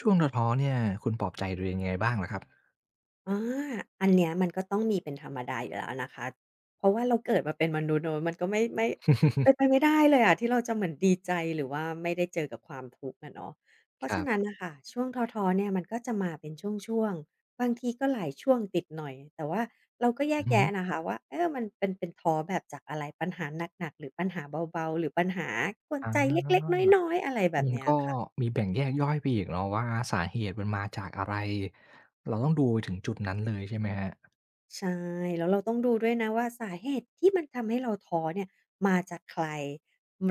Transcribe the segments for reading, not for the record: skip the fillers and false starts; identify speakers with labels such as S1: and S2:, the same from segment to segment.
S1: ช่วงท้อๆเนี่ยคุณปลอบใจตัวเองยังไงบ้างเหรอครับ
S2: อาอันเนี้ยมันก็ต้องมีเป็นธรรมดาอยู่แล้วนะคะ เพราะว่าเราเกิดมาเป็นมนุษย์เนาะมันก็ไม่เป็นไปไม่ได้เลยอะที่เราจะเหมือนดีใจหรือว่าไม่ได้เจอกับความทุกข์อะเนาะเพ
S1: ค
S2: ราะ
S1: รั
S2: ฉะนั้น
S1: บ
S2: น่ะค่ะช่วงท้อๆเนี่ยมันก็จะมาเป็นช่วงๆ บางทีก็หลายช่วงติดหน่อยแต่ว่าเราก็แย
S1: อื
S2: ก
S1: อฮึ
S2: แยะนะคะว่าเออมันเป็นท้อแบบจากอะไรปัญหาหนักๆ หรือปัญหาเบาๆหรือปัญหากวน
S1: อ
S2: ใจเล็ก
S1: า
S2: ๆน้อยๆอะไรแบบ
S1: มัน
S2: เนี้ย
S1: ก็
S2: ค่ะ
S1: มีแบ่งแยกย่อยไปอีกเนาะว่าสาเหตุมันมาจากอะไรเราต้องดูไปถึงจุดนั้นเลยใช่ไหมครับ
S2: ใช่แล้วเราต้องดูด้วยนะว่าสาเหตุที่มันทำให้เราท้อเนี่ยมาจากใคร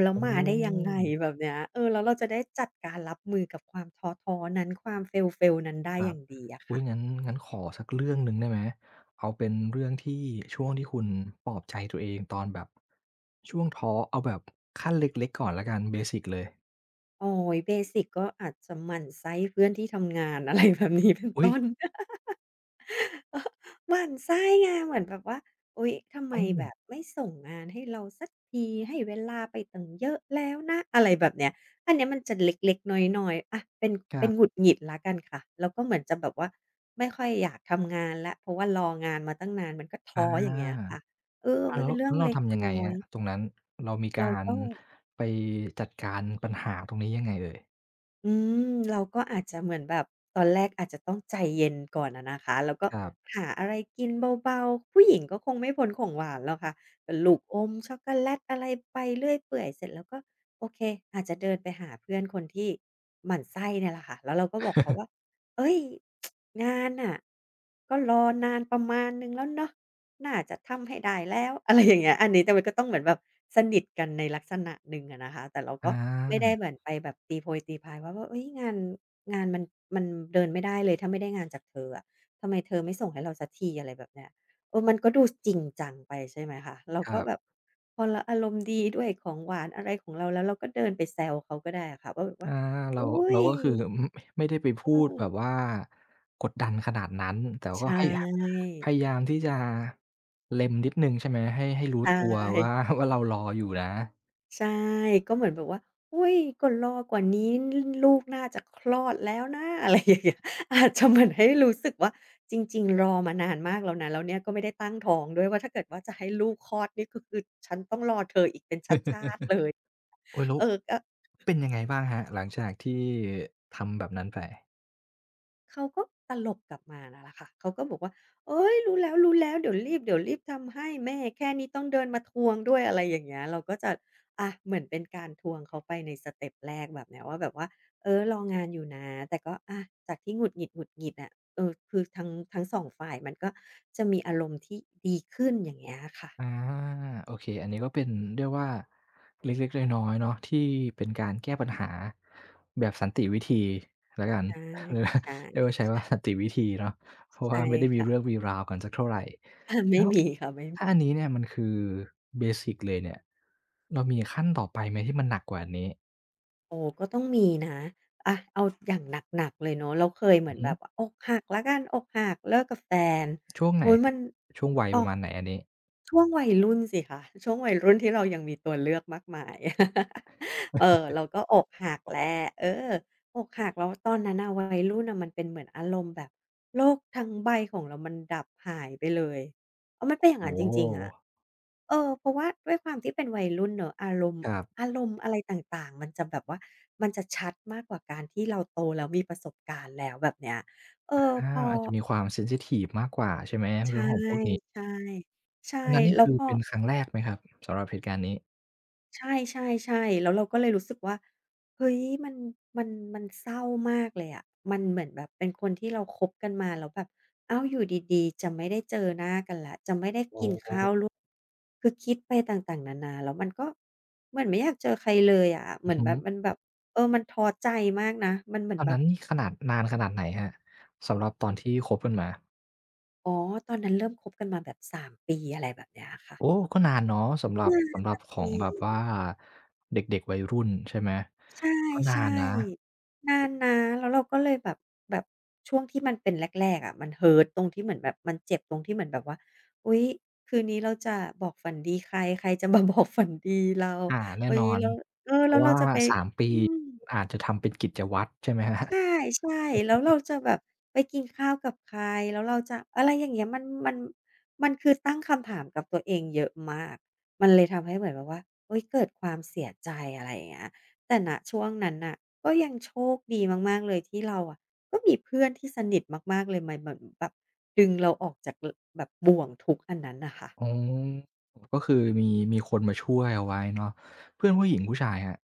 S2: แล้ว
S1: โอ้
S2: มาได้ยังไงแบบเนี้ยเออแล้วเราจะได้จัดการรับมือกับความท้อๆนั้นความ fail ๆนั้นได้
S1: ค
S2: อ
S1: รับ
S2: ย่างดีอะ
S1: อุ๊
S2: ค่ะ
S1: ยงั้นขอสักเรื่องหนึ่งได้ไหมเอาเป็นเรื่องที่ช่วงที่คุณปลอบใจตัวเองตอนแบบช่วงท้อเอาแบบขั้นเล็กๆก่อนแล้วกันเบสิกเลย
S2: โอ๊ยเบสิกก็อาจจะหมั่นไส้เพื่อนที่ทำงานอะไรแบบนี้ เป็น
S1: อุ๊
S2: ต้
S1: ย
S2: น หมั่นไส้ไงเหมือนแบบว่าอุ๊ยทำไม
S1: โอ้
S2: แบบไม่ส่งงานให้เราสักทีให้เวลาไปตั้งเยอะแล้วนะอะไรแบบเนี้ยอันเนี้ยมันจะเล็กๆน้อยๆอะเป็น
S1: ค
S2: เป็
S1: รั
S2: นหงุ
S1: บ
S2: ดหงิดแล้วกันค่ะแล้วก็เหมือนจะแบบว่าไม่ค่อยอยากทำงานแล้วเพราะว่ารองานมาตั้งนานมันก็ท้
S1: อา
S2: ออย่างเงี้ยค่ะเออ
S1: อา
S2: มัน
S1: แล้
S2: เป็
S1: ว
S2: นเรื่อง
S1: เรา
S2: เล็ก
S1: ทำยั
S2: น้
S1: งไง
S2: อ
S1: ค
S2: ย
S1: รับตรงนั้นเรามี
S2: เรา
S1: การ
S2: ก็
S1: ไปจัดการปัญหาตรงนี้ยังไงเอ่ย
S2: อืมเราก็อาจจะเหมือนแบบตอนแรกอาจจะต้องใจเย็นก่อนอะนะคะแล้วก็
S1: ครับ
S2: หาอะไรกินเบาๆผู้หญิงก็คงไม่พ้นของหวานหรอกค่ะก็ลูกอมช็อกโกแลตอะไรไปเรื่อยเปื่อยเสร็จแล้วก็โอเคอาจจะเดินไปหาเพื่อนคนที่หมั่นไส้เนี่ยแหละค่ะแล้วเราก็บอกเขาว่าเฮ้ยงานน่ะก็รอนานประมาณหนึ่งแล้วเนาะ น่าจะทำให้ได้แล้ว อะไรอย่างเงี้ยอันนี้แต่มันก็ต้องเหมือนแบบสนิทกันในลักษณะหนึ่งอะนะคะแต่เราก็
S1: อ
S2: ไม่ได้
S1: า
S2: เหมือนไปแบบตีโพยตีพายว่าเฮ้ยงานมันเดินไม่ได้เลยถ้าไม่ได้งานจากเธออะทำไมเธอไม่ส่งให้เราสักทีอะไรแบบเนี้ยเออมันก็ดูจริงจังไปใช่ไหมคะเรา
S1: ค
S2: ก็
S1: รั
S2: แบบ
S1: บ
S2: พอเราอารมณ์ดีด้วยของหวานอะไรของเราแล้วเราก็เดินไปแซวเขาก็ได้อะค่ะว่าแบบว่า
S1: อาเรา
S2: อุ๊ย
S1: ก็คือ อืมไม่ได้ไปพูดแบบว่ากดดันขนาดนั้นแต่ก็
S2: ใช่
S1: ให้หพยายามที่จะเล็มนิดหนึ่งใช่ไหมให้รู้
S2: ใช
S1: ตัวว่า
S2: ่
S1: ว่าเรารออยู่นะ
S2: ใช่ก็เหมือนแบบว่าอุ๊ยก็รอกว่านี้ลูกน่าจะคลอดแล้วนะ อะไรอย่างเงี้ยอาจจะเหมือนให้รู้สึกว่าจริงๆรอมานานมากแล้วนะแล้วเนี่ยก็ไม่ได้ตั้งท้องด้วยว่าถ้าเกิดว่าจะให้ลูกคลอดนี่ก็คือฉันต้องรอเธออีกเป็นชาติๆเลย
S1: โอ๊ยแล้ว
S2: เออก็
S1: เป็นยังไงบ้างครับหลังจากที่ทำแบบนั้นไป
S2: เขาก็ตลบกลับมานั่นแหละค่ะเขาก็บอกว่าเอ้ยรู้แล้วรู้แล้วเดี๋ยวรีบทำให้แม่แค่นี้ต้องเดินมาทวงด้วยอะไรอย่างเงี้ยเราก็จะอะเหมือนเป็นการทวงเขาไปในสเต็ปแรกแบบเนี้ยว่าแบบว่าเออรองานอยู่นะแต่ก็อะจากที่หงุดหงิดอะเออคือทั้งสองฝ่ายมันก็จะมีอารมณ์ที่ดีขึ้นอย่างเงี้ยค่ะ
S1: อาโอเคอันนี้ก็เป็นเรียกว่าเล็กๆน้อยๆเนาะที่เป็นการแก้ปัญหาแบบสันติวิธีแล้วกัน
S2: ใช่
S1: เออ
S2: ใช่
S1: เรียกว่าใช้ว่าสั
S2: ใช่
S1: นติวิธีเนาะเพราะ
S2: ใช่
S1: ว่าไม่ได้มี
S2: ค่ะ
S1: เรื่ องมีราวกันสักเท่าไร
S2: อา
S1: แล้
S2: ไม่
S1: ว
S2: มีค่ะไม่
S1: ถ้า
S2: มี
S1: อันนี้เนี่ยมันคือเบสิกเลยเนี่ยเรามีขั้นต่อไปไหมที่มันหนักกว่าอันนี้
S2: โอ้ก็ต้องมีนะอะเอาอย่างหนักๆเลยเนาะเราเคยเหมื
S1: อื
S2: อ
S1: อ
S2: น
S1: ฮึ
S2: แบบอกหักแล้วกันอกหักเลิกกับแฟน
S1: ช่วงไหน
S2: โอ๊ย
S1: ค
S2: มั
S1: รั
S2: น
S1: บช่วงวัย
S2: อ้
S1: ป
S2: อ
S1: ระมาณไหนอันนี้
S2: ช่วงวัยรุ่นสิคะช่วงวัยรุ่นที่เรายังมีตัวเลือกมากมาย เออเราก็อกหักแหละเอออกหักแล้วตอนนั้น่ะวัยรุ่นน่ะมันเป็นเหมือนอารมณ์แบบโลกทั้งใบของเรามันดับหายไปเลยเออมันเป็น
S1: โอ้
S2: อย่า
S1: โฮ
S2: งนั้นจริงๆอะเออเพราะว่าด้วยความที่เป็นวัยรุ่นเนอะอารมณ์
S1: ครั
S2: อา
S1: บ
S2: รมณ์อะไรต่างๆมันจะแบบว่ามันจะชัดมากกว่าการที่เราโตแล้วมีประสบการณ์แล้วแบบเนี้ยเออ
S1: อา
S2: พอ
S1: อาจจะมีความเซนซิทิฟมากกว่าใช่ไหมเรื่
S2: ใช่
S1: องของพวกนี้
S2: ใช่ใช่
S1: อันนั้นนี่
S2: แล้ว
S1: คือ
S2: พอ
S1: เป็นครั้งแรกไหมครับสำหรับเหตุการณ์นี้
S2: ใช่ๆๆแล้วเราก็เลยรู้สึกว่าเฮ้ยมันมันมันเศร้ามากเลยอะมันเหมือนแบบเป็นคนที่เราคบกันมาแล้วแบบอ้าวอยู่ดีๆจะไม่ได้เจอหน้ากัน
S1: โอ้โฮ
S2: คือคิดไปต่างๆนานาแล้วมันก็เหมือนไม่อยากเจอใครเลยอะเห
S1: อื
S2: มื
S1: อ
S2: อน
S1: ฮึ
S2: แบบมันแบบเออมันท้อใจมากนะมันเหมื
S1: ต
S2: อน
S1: อน
S2: แบ
S1: นั้
S2: บ
S1: นนี่ขนาดนานขนาดไหนครับสำหรับตอนที่คบกันมา
S2: อ๋อตอนนั้นเริ่มคบกันมาแบบ3ปีอะไรแบบเนี้ยอะค่ะ
S1: โอ้ก็นานเนาะสำหรับ
S2: นั่นน่ะ
S1: ข
S2: ส
S1: องแบบว่า
S2: ิ
S1: เด็กๆวัยรุ่นใช่ไหม
S2: ใ
S1: ก็นา
S2: ช่
S1: นนะ
S2: ๆนานนะแล้วเราก็เลยแบบแบบช่วงที่มันเป็นแรกๆอะมัน hurt ตรงที่เหมือนแบบมันเจ็บตรงที่เหมือนแบบว่าอุ๊ยคืนนี้เราจะบอกฝันดีใครใครจะมา บอกฝันดีเรา
S1: อาแน่
S2: อุ๊
S1: น
S2: ย
S1: อน
S2: แล้วเออ
S1: เพ
S2: แล้ว
S1: ราะ
S2: เรา
S1: ว่า
S2: จะไป
S1: 3ปี
S2: อืม
S1: อาจจะทำเป็นกิจวัตรใช่ไหมครับ
S2: ใช่ๆแล้วเราจะแบบไปกินข้าวกับใครแล้วเราจะอะไรอย่างเงี้ยมันมันคือตั้งคำถามกับตัวเองเยอะมากมันเลยทำให้เหมือนแบบว่าเฮ้ยเกิดความเสียใจอะไรอย่างเงี้ยแต่ณช่วงนั้นน่ะก็ยังโชคดีมากๆเลยที่เราอะก็มีเพื่อนที่สนิทมากๆเลยมาเหมือนแบบดึงเราออกจากลแบบบ่วงทุกข์อันนั้นน่ะค่ะ
S1: อ๋อก็คือมีคนมาช่วยเอาไว้เนาะเพื่อนผู้หญิงผู้ชายครับ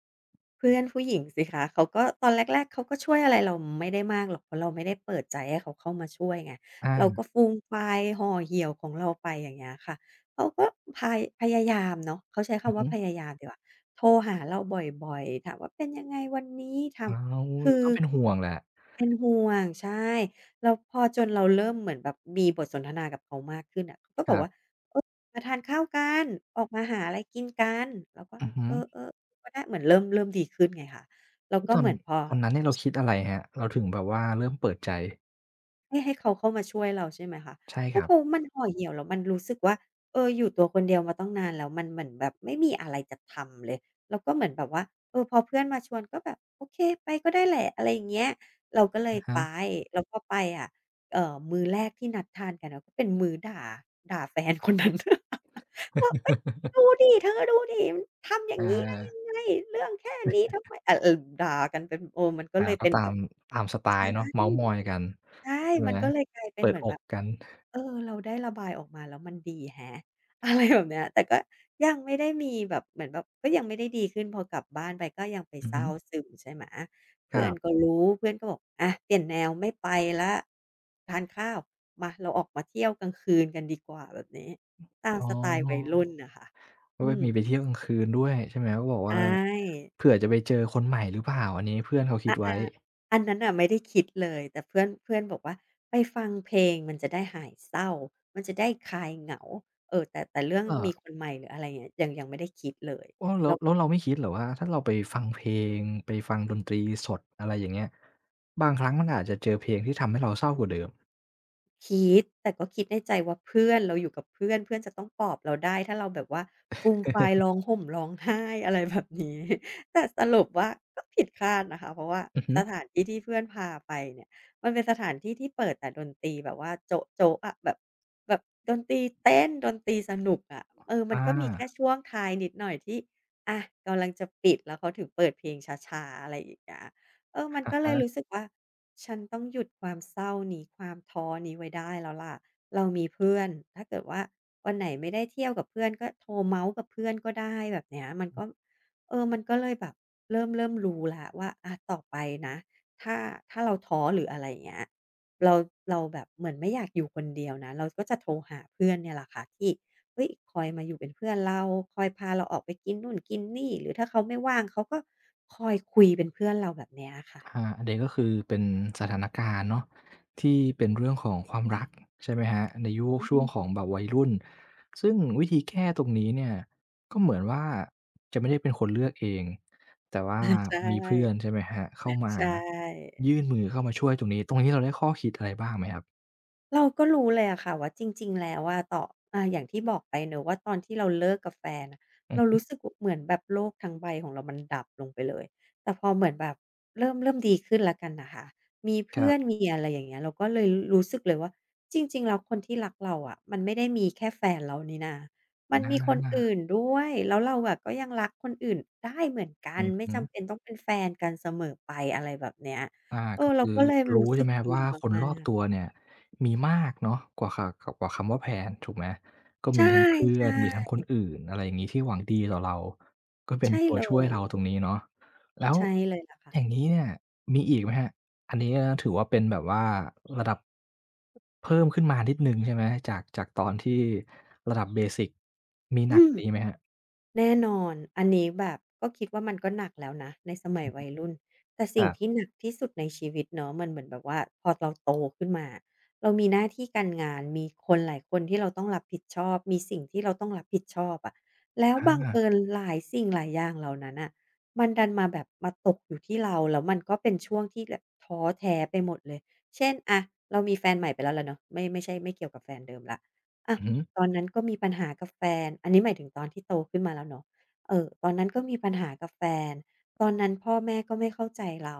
S2: เพื่อนผู้หญิงสิคะเขาก็ตอนแรกๆเขาก็ช่วยอะไรเราไม่ได้มากหรอกเพราะเราไม่ได้เปิดใจให้เขาเข้ามาช่วยไงเราก็
S1: อา
S2: ฟูมฟายห่อเหี่ยวของเราไปอย่างเงี้ยค่ะเขาก็พายพยายามเนาะเขาใช้
S1: อือ
S2: คำว่า
S1: ฮึ
S2: พยายามดีกว่าโทรหาเราบ่อยๆถามว่าเป็นยังไงวันนี้ถาม
S1: อ้าว
S2: คือ
S1: ก็เป็นห่วงแหละ
S2: เป็นห่วงใช่แล้วพอจนเราเริ่มเหมือนแบบมีบทสนทนากับเขามากขึ้นอะเขาก็
S1: ค
S2: บอก
S1: รั
S2: ว่า
S1: บ
S2: เออมาทานข้าวกันออกมาหาอะไรกินกันเราก็
S1: อือฮึ
S2: เออๆ ก็ได้เหมือนเริ่มดีขึ้นไงคะแล้ว
S1: โอุย
S2: ก็
S1: ตอ
S2: เห
S1: น
S2: มือนพอ
S1: นั้นเนี่ยเราคิดอะไรครับเราถึงแบบว่าเริ่มเปิดใจ
S2: ให้เขาเข้ามาช่วยเราใช่ไหมคะ
S1: ใช่
S2: ก็
S1: ครั
S2: เพ
S1: บ
S2: ราะมันห่อเหี่ยวแล้วมันรู้สึกว่าเอออยู่ตัวคนเดียวมาตั้งนานแล้วมันเหมือนแบบไม่มีอะไรจะทำเลยแล้วก็เหมือนแบบว่าเออพอเพื่อนมาชวนก็แบบโอเคไปก็ได้แหละอะไรอย่างเงี้ยเราก็เลย
S1: อะ
S2: ไป
S1: ฮะ
S2: แล้วพอไปอะเอ่อมื้อแรกที่นัดทานกันอะก็เป็นมื้อด่าด่าแฟนคนนั้น ว่าเฮ้ย ดูดิเธอดูดิมันทำอย่าง
S1: อา
S2: งี้ได้ยังไงเรื่องแค่นี้ทำไมอะเออด่ากันเป็นเออมันก็
S1: อา
S2: เลย
S1: ก็
S2: เป็น
S1: ตา
S2: แบ
S1: ม
S2: บ
S1: สไต
S2: ใช่
S1: ล์เนาะเม้าท์มอยกัน
S2: ใช่
S1: ใช่
S2: มั
S1: ไห
S2: น
S1: ม
S2: ก็เลยกลายเป็น
S1: เปิ
S2: เห
S1: ด
S2: มือน
S1: อ
S2: แบ
S1: ก
S2: บ
S1: กัน
S2: เออ เราได้ระบายออกมาแล้วมันดีแฮะ อะไรแบบเนี้ยแต่ก็ยังไม่ได้มีแบบเหมือนแบบก็ยังไม่ได้ดีขึ้นพอกลับบ้านไปก็ยังไป
S1: อือ
S2: เศ
S1: ฮึ
S2: ร้าซึมใช่ไหม
S1: ค
S2: เพื่อ
S1: รั
S2: นก็
S1: บ
S2: รู้เพื่อนก็บอกอะเปลี่ยนแนวไม่ไปแล้วทานข้าวมาเราออกมาเที่ยวกลางคืนกันดีกว่าแบบนี้ตาม
S1: อ๋อ
S2: สไตล์วัยรุ่นนะคะ
S1: ก็
S2: อืม
S1: มีไปเที่ยวกลางคืนด้วยใช่ไหมก็บอก
S2: ใช่
S1: ว่าเผื่
S2: อ
S1: อจะไปเจอคนใหม่หรือเปล่าอันนี้เพื่อนเขาคิดไว้
S2: อันนั้นน่ะไม่ได้คิดเลยแต่เพื่อนเพื่อนบอกว่าไปฟังเพลงมันจะได้หายเศร้ามันจะได้คลายเหงาเออแต่เรื่อง
S1: เออ
S2: มีคนใหม่หรืออะไรเงี้ยยังไม่ได้คิดเลย
S1: อ้าวแล้
S2: แล้
S1: ว
S2: ว
S1: เราไม่คิดเหรอว่าถ้าเราไปฟังเพลงไปฟังดนตรีสดอะไรอย่างเงี้ยบางครั้งมันอาจจะเจอเพลงที่ทำให้เราเศร้ากว่าเดิม
S2: คิดแต่ก็คิดในใจว่าเพื่อนเราอยู่กับเพื่อนเพื่อนจะต้องปลอบเราได้ถ้าเราแบบว่าฟูมฟายร้องห่มร้องไห้ อะไรแบบนี้แต่สรุปว่าก็ผิดคาดนะคะเพราะว่า
S1: อือฮึ
S2: สถานที่ที่เพื่อนพาไปเนี่ยมันเป็นสถานที่ที่เปิดแต่ดนตรีแบบว่าโจ๊ะๆอะแบบแบบดนตรีเต้นดนตรีสนุกอะเอ อมัน
S1: อา
S2: ก็มีแค่ช่วงท้ายนิดหน่อยที่อะกำลังจะปิดแล้วเขาถึงเปิดเพลงช้าๆอะไรอย่างเงี้ยเออมัน
S1: อะ
S2: ก็เลยรู้
S1: ฮะ
S2: สึกว่า ฉันต้องหยุดความเศร้านี้ความท้อนี้ไว้ได้แล้วล่ะเรามีเพื่อนถ้าเกิดว่าวันไหนไม่ได้เที่ยวกับเพื่อนก็โทรเมาส์กับเพื่อนก็ได้แบบเนี้ยมันก็เออมันก็เลยแบบเริ่มรู้ละว่าอะต่อไปนะถ้าเราท้อหรืออะไรอย่างเงี้ยเราเราแบบเหมือนไม่อยากอยู่คนเดียวนะเราก็จะโทรหาเพื่อนเนี่ยแหละค่ะที่เฮ้ยคอยมาอยู่เป็นเพื่อนเราคอยพาเราออกไปกินนู่นกินนี่หรือถ้าเขาไม่ว่างเขาก็คอยคุยเป็นเพื่อนเราแบบเนี้ยค่ะ
S1: อาอันนี้ก็คือเป็นสถานการณ์เนาะที่เป็นเรื่องของความรักใช่ไหมครับในยุค
S2: อื
S1: ช่วงข
S2: ม
S1: องแบบวัยรุ่นซึ่งวิธีแก้ตรงนี้เนี่ยก็เหมือนว่าจะไม่ได้เป็นคนเลือกเองแต่ว่า
S2: อาใช
S1: มีเพื่อน
S2: ่
S1: ใช่ไหมครับเข้ามา
S2: ใช่
S1: ยื่นมือเข้ามาช่วยตรงนี้เราได้ข้อคิดอะไรบ้างไหมครับ
S2: เราก็รู้เลยอะค่ะว่าจริงๆแล้วอะต่ออาอย่างที่บอกไปเนอะว่าตอนที่เราเลิกกับแฟนน่ะ
S1: อื
S2: เรา
S1: อ
S2: รู้สึกวเหมือนแบบโลกทั้งใบของเรามันดับลงไปเลยแต่พอเหมือนแบบเริ่มดีขึ้นแล้วกันน่ะค่ะมี
S1: ค
S2: เพื่
S1: รั
S2: อน
S1: บ
S2: มีอะไรอย่างเงี้ยเราก็เลยรู้สึกเลยว่าจริงๆแล้วคนที่รักเราอะมันไม่ได้มีแค่แฟนเรานี่นามัน
S1: อ
S2: มีคนอื่น
S1: า
S2: ด้วยแล้วเราอะก็ยังรักคนอื่นได้เหมือนกัน
S1: อือ
S2: ไม่
S1: ฮึ
S2: จำเป็นต้องเป็นแฟนกันเสมอไปอะไรแบบเนี้ย
S1: อา
S2: เอ
S1: ก็
S2: อเรา
S1: คือ
S2: ก็เลย
S1: รู้
S2: รู้
S1: ใช่
S2: สึก
S1: ไหมครับ
S2: ดี
S1: ว่าคน
S2: มา
S1: รอบ
S2: ก
S1: ตั
S2: ๆ
S1: วเนี่ยมีมากเนาะกว่าขกว่าคำว่าแพลนถูกไหมก็
S2: ใช
S1: มีทั้งเพื่อ
S2: ่
S1: นมีทั้งคนอื่นอะไรอย่างงี้ที่หวังดีต่อเราก็
S2: ๆ
S1: เป็น
S2: ใช่
S1: ตัว
S2: เล
S1: ช่วย
S2: ย
S1: เราตรงนี้เนาะแล้ว
S2: ใช่เลยล่ะ
S1: อย่าง
S2: ค่ะ
S1: งี้เนี่ยมีอีกไหมครับอันนี้ก็ถือว่าเป็นแบบว่าระดับเพิ่มขึ้นมานิดหนึ่งใช่ไหมจากตอนที่ระดับเบสิกมีหนั
S2: อื
S1: กก
S2: ม
S1: ว่านี้ไหมครับ
S2: แน่นอนอันนี้แบบก็คิดว่ามันก็หนักแล้วนะในสมัยวัยรุ่นแต่สิ่ง
S1: แบบ
S2: ที่หนักที่สุดในชีวิตเนาะมันเหมือนแบบว่าพอเราโตขึ้นมาเรามีหน้าที่การงานมีคนหลายคนที่เราต้องรับผิดชอบมีสิ่งที่เราต้องรับผิดชอบอะแล้ว
S1: อา
S2: บังเอิญหลายสิ่งหลายอย่างเหล่านั้นน่ะมันดันมาแบบมาตกอยู่ที่เราแล้วมันก็เป็นช่วงที่แบบท้อแท้ไปหมดเลย เช่นอะเรามีแฟนใหม่ไปแล้วล่ะเนาะไม่ใช่ไม่เกี่ยวกับแฟนเดิมแล้วอะ
S1: อือฮึ
S2: ตอนนั้นก็มีปัญหากับแฟนอันนี้หมายถึงตอนที่โตขึ้นมาแล้วเนาะตอนนั้นก็มีปัญหากับแฟนตอนนั้นพ่อแม่ก็ไม่เข้าใจเรา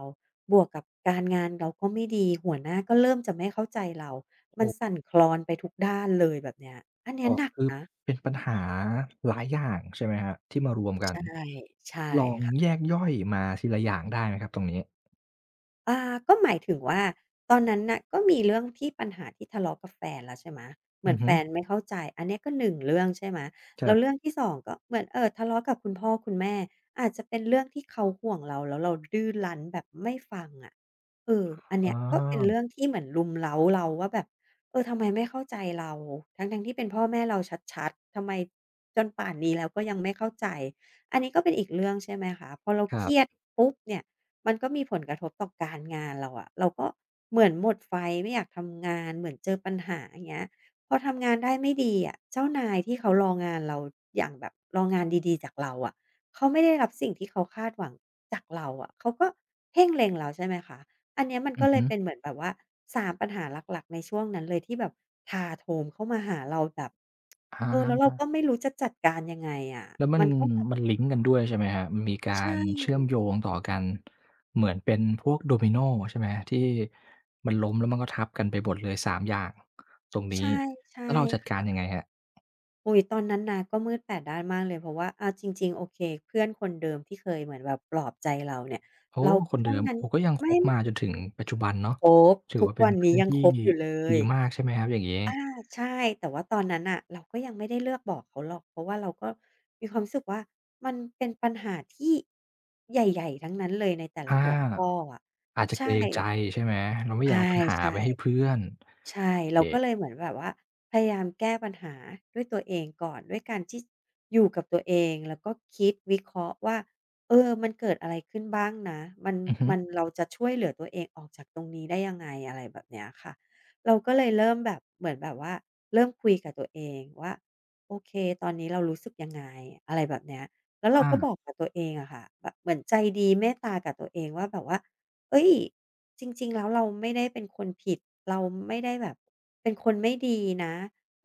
S2: บวกกับการงานเราก็ไม่ดีหัวหน้าก็เริ่มจะไม่เข้าใจเรา
S1: โอ
S2: มัน
S1: ้
S2: สั่นคลอนไปทุกด้านเลยแบบเนี้ยอันเนี้
S1: อ๋
S2: ย
S1: อ
S2: หนัก
S1: คือ
S2: นะ
S1: เป็นปัญหาหลายอย่างใช่ไหมครับที่มารวมกัน
S2: ใช่ใช่
S1: ลองแย
S2: ค่ะ
S1: กย่อยมาทีละอย่างได้ไหมครับตรงนี้
S2: อ่าก็หมายถึงว่าตอนนั้นน่ะก็มีเรื่องที่ปัญหาที่ทะเลาะกับแฟนแล้วใช่ไหมเหมื
S1: อื
S2: อน
S1: อ
S2: แฟ
S1: ฮึ
S2: นไม่เข้าใจอันเนี้ยก็หนึ่งเรื่องใช่ไหมแล้วเรื่
S1: จะ
S2: องที่สองก็เหมือนทะเลาะกับคุณพ่อคุณแม่อาจจะเป็นเรื่องที่เขาห่วงเราแล้วเราดื้อรั้นแบบไม่ฟังอะเอออัน
S1: อ๋
S2: เนี้ยก็เป็นเรื่อ
S1: อ
S2: งที่เหมือนรุมเร้าเราว่าแบบเออทำไมไม่เข้าใจเราทั้งๆที่เป็นพ่อแม่เราชัดๆทำไมจนป่านนี้แล้วก็ยังไม่เข้าใจอันนี้ก็เป็นอีกเรื่องใช่ไหมคะพอเรา
S1: ค
S2: เค
S1: รั
S2: รียด
S1: บ
S2: ปุ๊บเนี่ย มันก็มีผลกระทบต่อการงานเราอะเราก็เหมือนหมดไฟไม่อยากทำงานเหมือนเจอปัญหาอย่างเงี้ยพอทำงานได้ไม่ดีอะเจ้านายที่เขารองานเราอย่างแบบรองานดีๆจากเราอะเขาไม่ได้รับสิ่งที่เขาคาดหวังจากเราอะเขาก็เพ่งเล็งเราใช่ไหมคะอันเนี้ยมัน
S1: อื
S2: ก็
S1: อ
S2: เลย
S1: ฮึ
S2: เป็นเหมือนแบบว่าสามปัญหาหลักๆในช่วงนั้นเลยที่แบบถาโถมเข้ามาหาเราแบบเออแล้วเรา
S1: อา
S2: ก็ไม่รู้จะจัดการยังไงอะ
S1: แล้วมั
S2: มั
S1: น
S2: นก็แบบ
S1: ลิงก์กันด้วยใช่ไหมครับมันมี
S2: ใช
S1: การเชื่อม
S2: ่
S1: โยงต่อกันเหมือนเป็นพวกโดมิโนใช่ไหมที่มันล้มแล้วมันก็ทับกันไปหมดเลย3อย่างตรงนี้
S2: ใช่ใช่
S1: แล้วเราจัดการยัง
S2: ค่ะ
S1: ไงครับ
S2: อุ๊ยตอนนั้นนะก็มืดแปดด้านมากเลยเพราะว่าอาจริงๆโอเคเพื่อนคนเดิมที่เคยเหมือนแบบปลอบใจเราเนี่ย
S1: โอ้
S2: เรา
S1: คน
S2: ช่
S1: เดิ
S2: วง
S1: ม
S2: นั้น
S1: โอ้ก็ยังค
S2: ไม่
S1: บมาจนถึงปัจจุบันเนาะ
S2: คบ
S1: ถือ
S2: ทุก
S1: ว่าเป็น
S2: วัน
S1: เพื่
S2: นี้
S1: อน
S2: ยัง
S1: ที่
S2: คบอยู่เล
S1: ดี
S2: ย
S1: มากใช่ไหมครับอย่างงี้
S2: อาใช่แต่ว่าตอนนั้นน่ะเราก็ยังไม่ได้เลือกบอกเขาหรอกเพราะว่าเราก็มีความรู้สึกว่ามันเป็นปัญหาที่ใหญ่ๆทั้งนั้นเลยในแต่ละ
S1: ถ้า
S2: หัวข้ออะ
S1: อาจจะเก
S2: ใช่
S1: รงใจใช่ไหมเรา
S2: ใ
S1: ไม่อยากเอาปัญหา
S2: ช่
S1: ไปให้
S2: ๆ
S1: เพื่อน
S2: ใช่
S1: โอ
S2: เราก็เล
S1: เค
S2: ยเหมือนแบบว่าพยายามแก้ปัญหาด้วยตัวเองก่อนด้วยการที่อยู่กับตัวเองแล้วก็คิดวิเคราะห์ว่าเออมันเกิดอะไรขึ้นบ้างนะมัน
S1: อือฮึ
S2: มันเราจะช่วยเหลือตัวเองออกจากตรงนี้ได้ยังไงอะไรแบบเนี้ยค่ะเราก็เลยเริ่มแบบเหมือนแบบว่าเริ่มคุยกับตัวเองว่าโอเคตอนนี้เรารู้สึกยังไงอะไรแบบเนี้ยแล้วเราก็บ
S1: อา
S2: อกกับตัวเองอะค่ะแบบเหมือนใจดีเมตตากับตัวเองว่าแบบว่า เอ้ยจริงๆแล้วเราไม่ได้เป็นคนผิดเราไม่ได้แบบเป็นคนไม่ดีนะ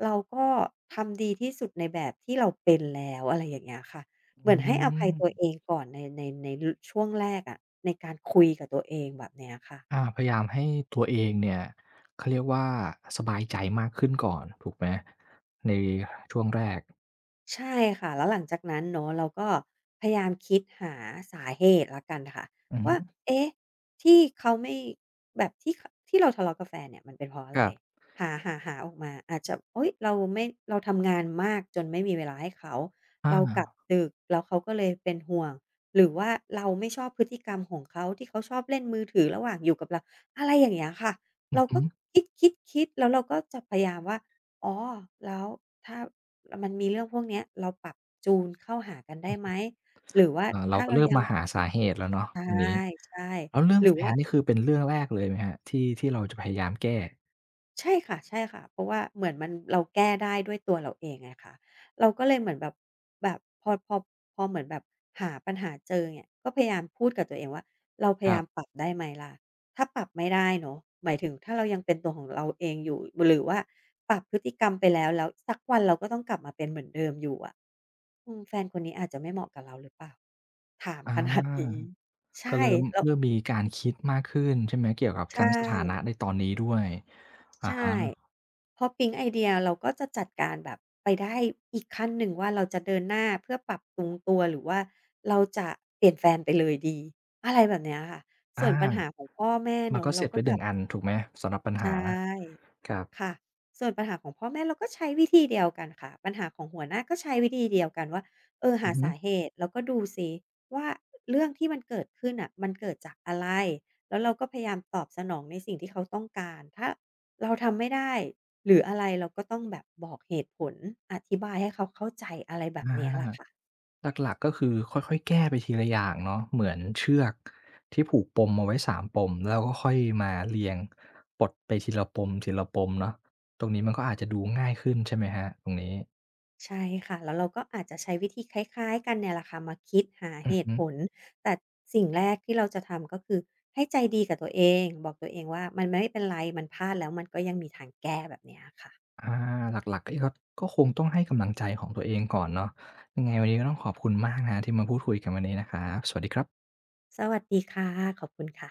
S2: เราก็ทำดีที่สุดในแบบที่เราเป็นแล้วอะไรอย่างเงี้ยค่ะเห
S1: อื
S2: มือนให้อภัยตัว
S1: ม
S2: เองก่อนในรช่วงแรกอะในการคุยกับตัวเองแบบเนี้ยค่ะ
S1: อาพยายามให้ตัวเองเนี่ยเขาเรียกว่าสบายใจมากขึ้นก่อนถูกไหมในช่วงแรก
S2: ใช่ค่ะแล้วหลังจากนั้นเนาะเราก็พยายามคิดหาสาเหตุแล้วกันค่ะ
S1: อือฮึ
S2: ว่าเอ๊ะที่เขาไม่แบบที่ขที่เราทะเลาะกับแฟนเนี่ยมันเป็นเพราะอะ
S1: ค
S2: ไร
S1: รับ
S2: หาออกมาอาจจะเฮ้ยเราทำงานมากจนไม่มีเวลาให้เขาเรากลับ
S1: อา
S2: ดึกแล้วเขาก็เลยเป็นห่วงหรือว่าเราไม่ชอบพฤติกรรมของเขาที่เขาชอบเล่นมือถือระหว่างอยู่กับเราอะไรอย่างเงี้ยค่ะ
S1: อื
S2: เรา
S1: อ
S2: ก็
S1: ฮึ
S2: คิดๆๆแล้วเราก็จะพยายามว่าอ๋อแล้วถ้า แล้วมันมีเรื่องพวกเนี้ยเราปรับจูนเข้าหากันได้ไหมหรือว่า
S1: เรา
S2: ถ้า
S1: ก็
S2: เรา
S1: เริ่ม
S2: ยัง
S1: มาหาสาเหตุแล้วเนาะตรงนี้
S2: ใช่
S1: แล้วเรื่อ
S2: ๆ
S1: ง
S2: หรือ
S1: แฟน
S2: ว่า
S1: นี่คือเป็นเรื่องแรกเลยไหมครับที่เราจะพยายามแก้
S2: ใช่ค่ะใช่ค่ะเพราะว่าเหมือนมันเราแก้ได้ด้วยตัวเราเองไงคะเราก็เลยเหมือนแบบแบบพอเหมือนแบบหาปัญหาเจอเนี่ยก็พยายามพูดกับตัวเองว่าเราพ
S1: ค
S2: ยา
S1: รั
S2: ยาม
S1: บ
S2: ปรับได้ไหมล่ะถ้าปรับไม่ได้เนาะหมายถึงถ้าเรายังเป็นตัวของเราเองอยู่หรือว่าปรับพฤติกรรมไปแล้วแล้วสักวันเราก็ต้องกลับมาเป็นเหมือนเดิมอยู่อะอืมแฟนคนนี้อาจจะไม่เหมาะกับเราหรือเปล่า ถาม
S1: อ
S2: ขนาดนี้
S1: า
S2: ใช่
S1: ก็เริ่ม
S2: แล้ว
S1: มีการคิดมากขึ้นใช่ไหมเกี่ยวกับ
S2: ใช่
S1: ทั้งสถานะในตอนนี้ด้วย
S2: ใ
S1: อะฮะ
S2: ช่พอปิ๊งไอเดียเราก็จะจัดการแบบไปได้อีกขั้นหนึ่งว่าเราจะเดินหน้าเพื่อปรับปรุงตัวหรือว่าเราจะเปลี่ยนแฟนไปเลยดีอะไรแบบเนี้ยค่ะส่วน
S1: อา
S2: ปัญหาของพ่อแม่
S1: มัน
S2: เนาะ
S1: ก็เส
S2: เรา
S1: ร็จ
S2: ก็
S1: ไป
S2: ก
S1: หนึ่
S2: ลั
S1: ง
S2: บ
S1: อันถูกไหมสำหรับปัญ
S2: ใช่
S1: หาครับ
S2: ค่ะส่วนปัญหาของพ่อแม่เราก็ใช้วิธีเดียวกันค่ะปัญหาของหัวหน้าก็ใช้วิธีเดียวกันว่าเออ
S1: อื
S2: หา
S1: อฮึ
S2: สาเหตุแล้วก็ดูซิว่าเรื่องที่มันเกิดขึ้นน่ะมันเกิดจากอะไรแล้วเราก็พยายามตอบสนองในสิ่งที่เขาต้องการถ้าเราทำไม่ได้หรืออะไรเราก็ต้องแบบบอกเหตุผลอธิบายให้เขาเข้าใจอะไรแบบ
S1: อา
S2: เนี้ยล่ะค่ะ
S1: หลักๆก็คือค่อยๆแก้ไปทีละอย่างเนาะเหมือนเชือกที่ผูกปมเอาไว้3ปมแล้วก็ค่อยมาเรียงปลดไปทีละปมทละปมเนาะตรงนี้มันก็อาจจะดูง่ายขึ้นใช่ไหมครับตรงนี้
S2: ใช่ค่ะแล้วเราก็อาจจะใช้วิธีคล้ายๆกันเนี่ยแหละค่ะมาคิดหา
S1: อื
S2: เห
S1: อ
S2: ตุ
S1: ฮึ
S2: ผลแต่สิ่งแรกที่เราจะทำก็คือให้ใจดีกับตัวเองบอกตัวเองว่ามันไม่เป็นไรมันพลาดแล้วมันก็ยังมีทางแก้แบบเนี้ยค่ะ
S1: อาหลักๆก็ครับก็คงต้องให้กำลังใจของตัวเองก่อนเนาะยังไงวันนี้ก็ต้องขอบคุณมากนะครับที่มาพูดคุยกันวันนี้นะครับสวัสดีครับ
S2: สวัสดีค่ะขอบคุณค่ะ